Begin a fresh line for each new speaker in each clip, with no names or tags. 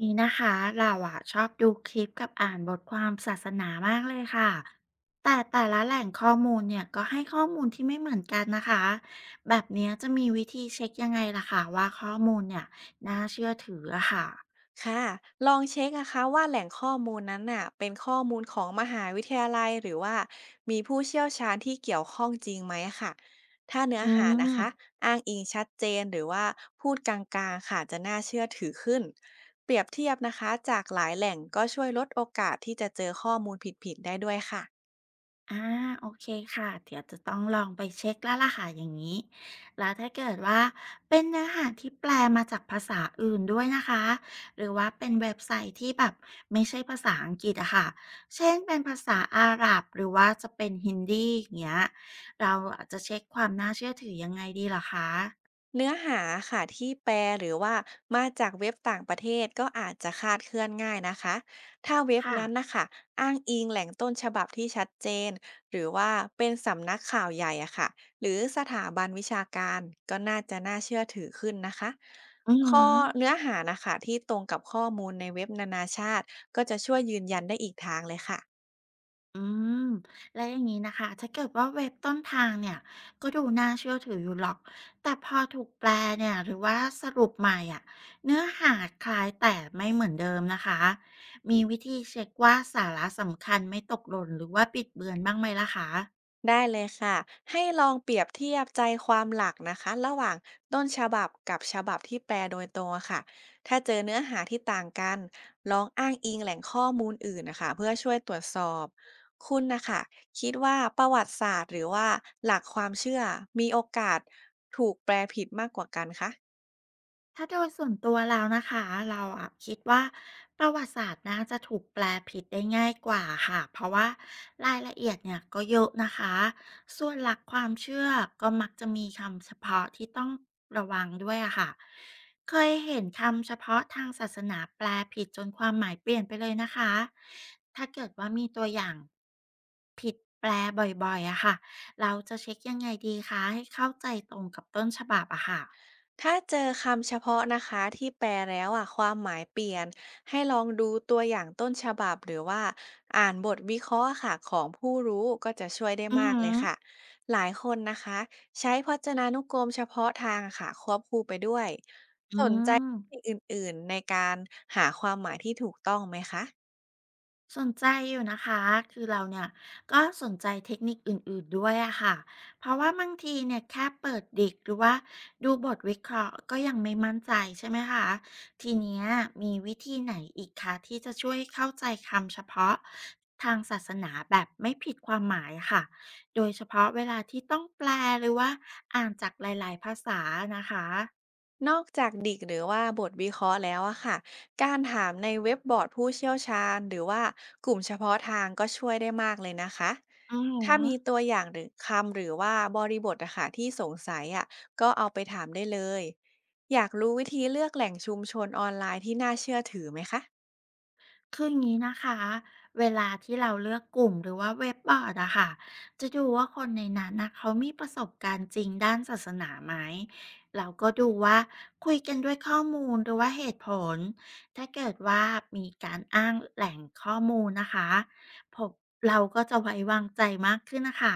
นี่นะคะเราอะชอบดูคลิปกับอ่านบทความศาสนามากเลยค่ะแต่ละแหล่งข้อมูลเนี่ยก็ให้ข้อมูลที่ไม่เหมือนกันนะคะแบบเนี้ยจะมีวิธีเช็คยังไงล่ะคะว่าข้อมูลเนี่ยน่าเชื่อถืออะค่ะ
ค่ะลองเช็คนะคะว่าแหล่งข้อมูลนั้นน่ะเป็นข้อมูลของมหาวิทยาลัยหรือว่ามีผู้เชี่ยวชาญที่เกี่ยวข้องจริงไหมค่ะถ้าเนื้อ
อื
หานะคะ
ม
อ้างอิงชัดเจนหรือว่าพูดกลางๆค่ะจะน่าเชื่อถือขึ้นเปรียบเทียบนะคะจากหลายแหล่งก็ช่วยลดโอกาสที่จะเจอข้อมูลผิดๆได้ด้วยค่ะ
อ่าโอเคค่ะเดี๋ยวจะต้องลองไปเช็กแล้วล่ะค่ะอย่างนี้แล้วถ้าเกิดว่าเป็นเนื้อหาที่แปลมาจากภาษาอื่นด้วยนะคะหรือว่าเป็นเว็บไซต์ที่แบบไม่ใช่ภาษาอังกฤษอะค่ะเช่นเป็นภาษาอาหรับหรือว่าจะเป็นฮินดีอย่างเงี้ยเราอาจจะเช็คความน่าเชื่อถือยังไงดีเหรอคะ
เนื้อหาค่ะที่แปลหรือว่ามาจากเว็บต่างประเทศก็อาจจะคลาดเคลื่อนง่ายนะคะถ้าเว็บ
ค่ะ
นั้นนะคะอ้างอิงแหล่งต้นฉบับที่ชัดเจนหรือว่าเป็นสำนักข่าวใหญ่อะค่ะหรือสถาบันวิชาการก็น่าจะน่าเชื่อถือขึ้นนะคะ
อือหื
ข้อ
อ
เนื้อหานะคะที่ตรงกับข้อมูลในเว็บนานาชาติก็จะช่วยยืนยันได้อีกทางเลยค่ะ
อืมแล้วอย่างนี้นะคะถ้าเกิดว่าเว็บต้นทางเนี่ยก็ดูน่าเชื่อถืออยู่หรอกแต่พอถูกแปลเนี่ยหรือว่าสรุปใหม่อ่ะเนื้อหาคล้ายแต่ไม่เหมือนเดิมนะคะมีวิธีเช็คว่าสาระสำคัญไม่ตกหล่นหรือว่าบิดเบือนบ้างไหมล่ะคะ
ได้เลยค่ะให้ลองเปรียบเทียบใจความหลักนะคะระหว่างต้นฉบับกับฉบับที่แปลโดยตรงอะค่ะถ้าเจอเนื้อหาที่ต่างกันลองอ้างอิงแหล่งข้อมูลอื่นนะคะเพื่อช่วยตรวจสอบคุณนะคะคิดว่าประวัติศาสตร์หรือว่าหลักความเชื่อมีโอกาสถูกแปลผิดมากกว่ากันคะ
ถ้าโดยส่วนตัวแล้วนะคะ เราอะคิดว่าประวัติศาสตร์น่าจะถูกแปลผิดได้ง่ายกว่าค่ะ เพราะว่ารายละเอียดเนี่ยก็เยอะนะคะส่วนหลักความเชื่อก็มักจะมีคำเฉพาะที่ต้องระวังด้วยอะค่ะ เคยเห็นคำเฉพาะทางศาสนาแปลผิดจนความหมายเปลี่ยนไปเลยนะคะถ้าเกิดว่ามีตัวอย่างผิดแปลบ่อยๆอะค่ะเราจะเช็คยังไงดีคะให้เข้าใจตรงกับต้นฉบับอะค่ะ
ถ้าเจอคำเฉพาะนะคะที่แปลแล้วอะความหมายเปลี่ยนให้ลองดูตัวอย่างต้นฉบับหรือว่าอ่านบทวิเคราะห์ค่ะของผู้รู้ก็จะช่วยได้
อือ
มาก
หื
เลย
อ
ค่ะหลายคนนะคะใช้พจนานุกรมเฉพาะทางค่ะควบคู่ไปด้วย
อื
สนใจ
ม
สิ่งอื่นๆในการหาความหมายที่ถูกต้องไหมคะ
สนใจอยู่นะคะคือเราเนี่ยก็สนใจเทคนิคอื่นๆด้วยอะค่ะเพราะว่าบางทีเนี่ยแค่เปิดดิกหรือว่าดูบทวิเคราะห์ก็ยังไม่มั่นใจใช่ไหมคะทีเนี้ยมีวิธีไหนอีกคะที่จะช่วยเข้าใจคำเฉพาะทางศาสนาแบบไม่ผิดความหมายค่ะโดยเฉพาะเวลาที่ต้องแปลหรือว่าอ่านจากหลายๆภาษานะคะ
นอกจากดิกหรือว่าบทวิเคราะห์แล้วอะค่ะ การถามในเว็บบอร์ดผู้เชี่ยวชาญหรือว่ากลุ่มเฉพาะทางก็ช่วยได้มากเลยนะคะ
อื
ถ้า
ม
มีตัวอย่างหรือคำหรือว่าบริบทอะค่ะที่สงสัยอะก็เอาไปถามได้เลย อยากรู้วิธีเลือกแหล่งชุมชนออนไลน์ที่น่าเชื่อถือไหมคะ
คืออย่างนี้นะคะเวลาที่เราเลือกกลุ่มหรือว่าเว็บบอร์ดอะค่ะจะดูว่าคนในนั้นนะเขามีประสบการณ์จริงด้านศาสนาไหมเราก็ดูว่าคุยกันด้วยข้อมูลหรือว่าเหตุผลถ้าเกิดว่ามีการอ้างแหล่งข้อมูลนะคะผมเราก็จะไว้วางใจมากขึ้นนะคะ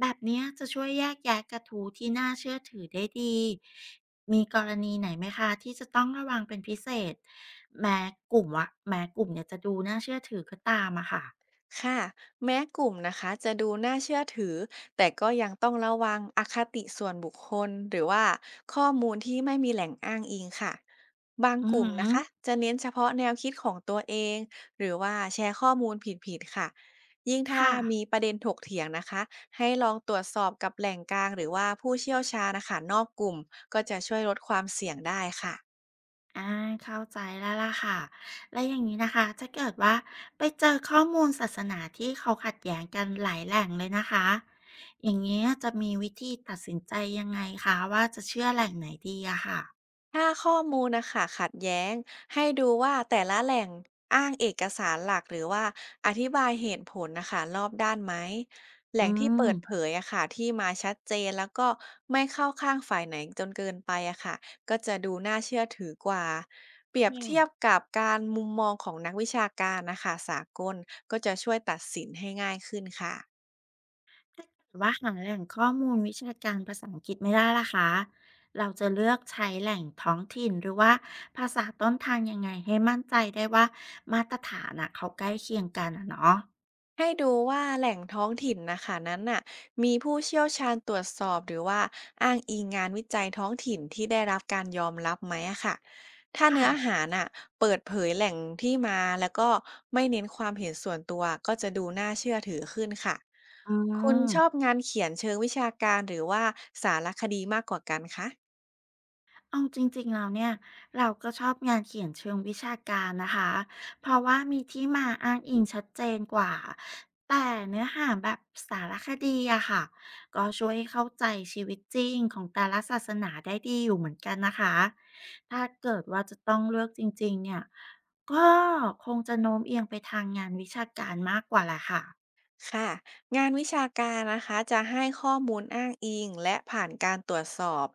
แบบเนี้ยจะช่วยแยกแยะกระทู้ที่น่าเชื่อถือได้ดี มีกรณีไหนไหมคะที่จะต้องระวังเป็นพิเศษแม้แม้กลุ่มเนี่ยจะดูน่าเชื่อถือก็ตามอะค่ะ
ค่ะแม้กลุ่มนะคะจะดูน่าเชื่อถือแต่ก็ยังต้องระวังอคติส่วนบุคคลหรือว่าข้อมูลที่ไม่มีแหล่งอ้างอิงค่ะบาง
อื
กลุ่
อ
มนะ
หือ
คะจะเน้นเฉพาะแนวคิดของตัวเองหรือว่าแชร์ข้อมูลผิดๆค่ะยิ่งถ้า
ค่ะ
มีประเด็นถกเถียงนะคะให้ลองตรวจสอบกับแหล่งกลางหรือว่าผู้เชี่ยวชาญนะคะนอกกลุ่มก็จะช่วยลดความเสี่ยงได้ค่ะ
อาเข้าใจแล้วล่ะค่ะแล้วอย่างนี้นะคะถ้าเกิดว่าไปเจอข้อมูลศาสนาที่เขาขัดแย้งกันหลายแหล่งเลยนะคะอย่างเงี้ยจะมีวิธีตัดสินใจยังไงคะว่าจะเชื่อแหล่งไหนดีอะค่ะ
ถ้าข้อมูลนะคะขัดแย้งให้ดูว่าแต่ละแหล่งอ้างเอกสารหลักหรือว่าอธิบายเหตุผลนะคะรอบด้านไหมแห
อื
ล่งที่
ม
เปิดเผยอะค่ะที่มาชัดเจนแล้วก็ไม่เข้าข้างฝ่ายไหนจนเกินไปอะค่ะก็จะดูน่าเชื่อถือกว่าเปรียบ
ค่ะ
เทียบกับการมุมมองของนักวิชาการนะคะสากลก็จะช่วยตัดสินให้ง่ายขึ้นค่ะ
ว่าหาแหล่งข้อมูลวิชาการภาษาอังกฤษไม่ได้ล่ะคะเราจะเลือกใช้แหล่งท้องถิ่นหรือว่าภาษาต้นทางยังไงให้มั่นใจได้ว่ามาตรฐานอ่ะเขาใกล้เคียงกันอ่ะเนาะ
ให้ดูว่าแหล่งท้องถิ่นนะคะนั้นน่ะมีผู้เชี่ยวชาญตรวจสอบหรือว่าอ้างอิงงานวิจัยท้องถิ่นที่ได้รับการยอมรับไหมอะค่ะถ้า
ค่ะ
เนื้อหาน่ะเปิดเผยแหล่งที่มาแล้วก็ไม่เน้นความเห็นส่วนตัวก็จะดูน่าเชื่อถือขึ้นค่ะ
อื
คุณ
ม
ชอบงานเขียนเชิงวิชาการหรือว่าสารคดีมากกว่ากันคะ
เอาจริงๆแล้วเนี่ยเราก็ชอบงานเขียนเชิงวิชาการนะคะเพราะว่ามีที่มาอ้างอิงชัดเจนกว่าแต่เนื้อหาแบบสารคดีอะค่ะก็ช่วยให้เข้าใจชีวิตจริงของแต่ละศาสนาได้ดีอยู่เหมือนกันนะคะถ้าเกิดว่าจะต้องเลือกจริงๆเนี่ยก็คงจะโน้มเอียงไปทางงานวิชาการมากกว่าแหละค่ะ
ค่ะงานวิชาการนะคะจะให้ข้อมูลอ้างอิงและผ่านการตรวจสอบ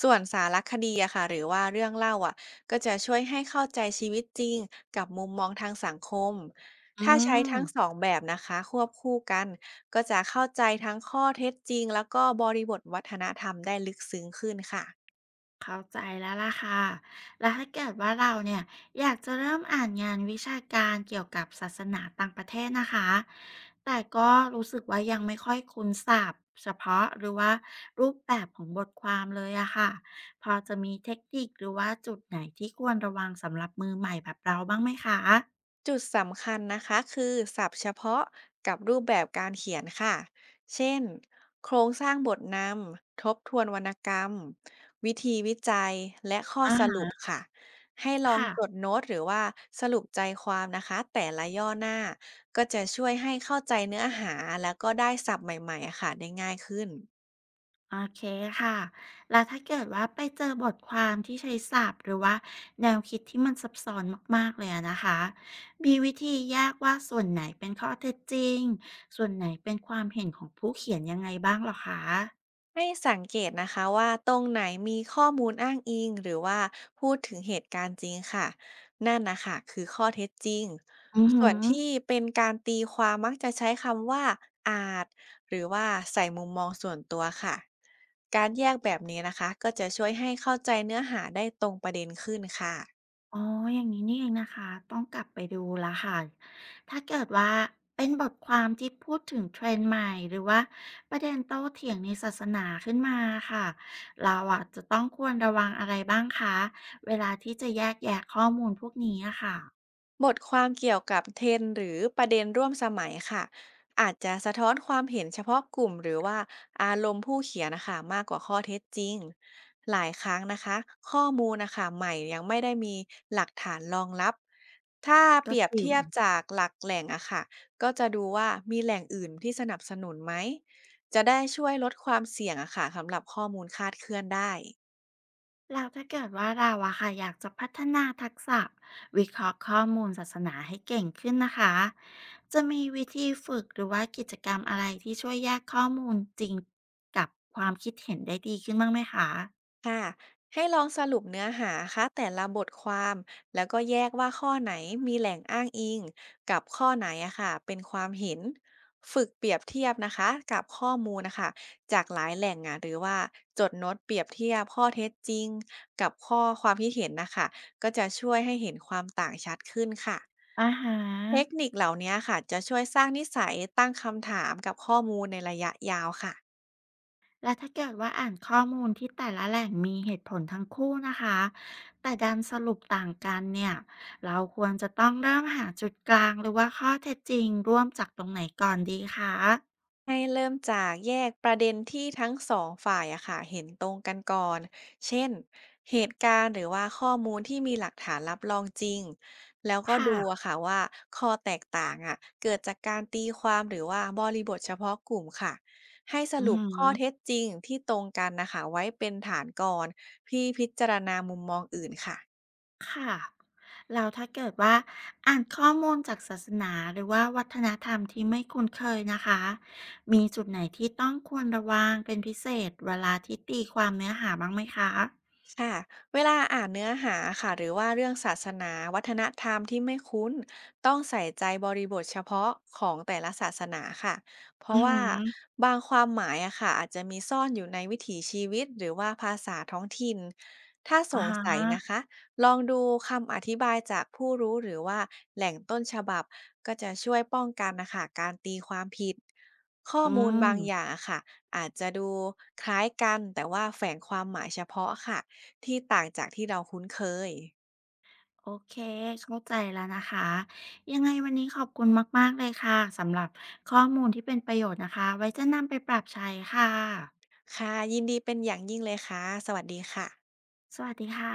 ส่วนสารคดีอะค่ะหรือว่าเรื่องเล่าอะก็จะช่วยให้เข้าใจชีวิตจริงกับมุมมองทางสังคม
อื
ถ้าใช้
ม
ทั้งสองแบบนะคะควบคู่กันก็จะเข้าใจทั้งข้อเท็จจริงแล้วก็บริบทวัฒนธรรมได้ลึกซึ้งขึ้นค่ะ
เข้าใจแล้วล่ะค่ะ แล้วถ้าเกิดว่าเราเนี่ยอยากจะเริ่มอ่านงานวิชาการเกี่ยวกับศาสนาต่างประเทศนะคะ แต่ก็รู้สึกว่ายังไม่ค่อยคุ้นศัพท์เฉพาะหรือว่ารูปแบบของบทความเลยอะค่ะ พอจะมีเทคนิคหรือว่าจุดไหนที่ควรระวังสำหรับมือใหม่แบบเราบ้างไหมคะ
จุดสำคัญนะคะคือศัพท์เฉพาะกับรูปแบบการเขียนค่ะเช่นโครงสร้างบทนำทบทวนวรรณกรรมวิธีวิจัยและข้อ
อา
สรุป
า
ค่ะให้ลอง
ค่ะ
จดโน้ตหรือว่าสรุปใจความนะคะแต่ละย่อหน้าก็จะช่วยให้เข้าใจเนื้อหาแล้วก็ได้ศัพท์ใหม่ๆอะค่ะได้ง่ายขึ้น
โอเคค่ะ แล้วถ้าเกิดว่าไปเจอบทความที่ใช้ศัพท์หรือว่าแนวคิดที่มันซับซ้อนมากๆเลยอะนะคะมีวิธีแยกว่าส่วนไหนเป็นข้อเท็จจริง ส่วนไหนเป็นความเห็นของผู้เขียนยังไงบ้างเหรอคะ
ให้สังเกตนะคะว่าตรงไหนมีข้อมูลอ้างอิงหรือว่าพูดถึงเหตุการณ์จริงค่ะนั่นนะคะคือข้อเท็จจริง
อือหื
ส่ว
อ
นที่เป็นการตีความมักจะใช้คำว่าอาจหรือว่าใส่มุมมองส่วนตัวค่ะการแยกแบบนี้นะคะก็จะช่วยให้เข้าใจเนื้อหาได้ตรงประเด็นขึ้นค่ะ
อ๋อ อย่างนี้นี่เองนะคะ ต้องกลับไปดูแล้วค่ะ ถ้าเกิดว่าเป็นบทความที่พูดถึงเทรนด์ใหม่หรือว่าประเด็นโต้เถียงในศาสนาขึ้นมาค่ะ เราอ่ะจะต้องควรระวังอะไรบ้างคะเวลาที่จะแยกแยะข้อมูลพวกนี้อะค่ะ
บทความเกี่ยวกับเท e n หรือประเด็นร่วมสมัยค่ะอาจจะสะท้อนความเห็นเฉพาะกลุ่มหรือว่าอารมณ์ผู้เขียนนะคะมากกว่าข้อเท็จจริงหลายครั้งนะคะข้อมูลนะคะใหม่ยังไม่ได้มีหลักฐานรองรับถ้าเป
ก็
รียบ
จริ
เที
ง
ยบจากหลักแหล่งอะค่ะก็จะดูว่ามีแหล่งอื่นที่สนับสนุนไหมจะได้ช่วยลดความเสี่ยงอะค่ะสำหรับข้อมูลคลาดเคลื่อนได้
แล้วถ้าเกิดว่าเราอะค่ะอยากจะพัฒนาทักษะวิเคราะห์ข้อมูลศาสนาให้เก่งขึ้นนะคะจะมีวิธีฝึกหรือว่ากิจกรรมอะไรที่ช่วยแยกข้อมูลจริงกับความคิดเห็นได้ดีขึ้นบ้างไหมคะ
ค่ะให้ลองสรุปเนื้อหาค่ะแต่ละบทความแล้วก็แยกว่าข้อไหนมีแหล่งอ้างอิงกับข้อไหนอะค่ะเป็นความเห็นฝึกเปรียบเทียบนะคะกับข้อมูลนะคะจากหลายแหล่งอะหรือว่าจดโน้ตเปรียบเทียบข้อเท็จจริงกับข้อความที่เห็นนะคะก็จะช่วยให้เห็นความต่างชัดขึ้นค่ะ
อ่าฮะ
เทคนิคเหล่านี้ค่ะจะช่วยสร้างนิสัยตั้งคำถามกับข้อมูลในระยะยาวค่ะ
และถ้าเกิดว่าอ่านข้อมูลที่แต่ละแหล่งมีเหตุผลทั้งคู่นะคะแต่ดันสรุปต่างกันเนี่ยเราควรจะต้องเริ่มหาจุดกลางหรือว่าข้อเท็จจริงร่วมจากตรงไหนก่อนดีคะ
ให้เริ่มจากแยกประเด็นที่ทั้งสองฝ่ายอะค่ะเห็นตรงกันก่อน เช่นเหตุการณ์หรือว่าข้อมูลที่มีหลักฐานรับรองจริงแล้วก็ดูอะ
ค่ะ
ค่ะว่าข้อแตกต่างอะเกิดจากการตีความหรือว่าบริบทเฉพาะกลุ่มค่ะให้ส
อื
รุปข้อเท็
ม
จจริงที่ตรงกันนะคะไว้เป็นฐานก่อนพี่พิจารณามุมมองอื่นค่ะ
ค่ะแล้วถ้าเกิดว่าอ่านข้อมูลจากศาสนาหรือว่าวัฒนธรรมที่ไม่คุ้นเคยนะคะมีจุดไหนที่ต้องควรระวังเป็นพิเศษเวลาที่ตีความเนื้อหาบ้างไหมคะ
ค่ะเวลาอ่านเนื้อหาค่ะหรือว่าเรื่องศาสนาวัฒนธรรมที่ไม่คุ้นต้องใส่ใจบริบทเฉพาะของแต่ละศาสนาค่ะเพ
อื
ราะ
อหื
ว่า
อ
บางความหมายอะค่ะอาจจะมีซ่อนอยู่ในวิถีชีวิตหรือว่าภาษาท้องถิ่นถ้าส
อ่า
ง
ฮ
สัยนะ
ะ
คะลองดูคำอธิบายจากผู้รู้หรือว่าแหล่งต้นฉบับก็จะช่วยป้องกันนะคะการตีความผิดข้อ
อื
มูลบางอย่า
ม
งอะค่ะอาจจะดูคล้ายกันแต่ว่าแฝงความหมายเฉพาะค่ะ ที่ต่างจากที่เราคุ้นเคย
โอเคเข้าใจแล้วนะคะยังไงวันนี้ขอบคุณมากๆเลยค่ะสำหรับข้อมูลที่เป็นประโยชน์นะคะไว้จะนำไปปรับใช้ค่ะ
ค่ะ ยินดีเป็นอย่างยิ่งเลยค่ะ สวัสดีค่ะ
สวัสดีค่ะ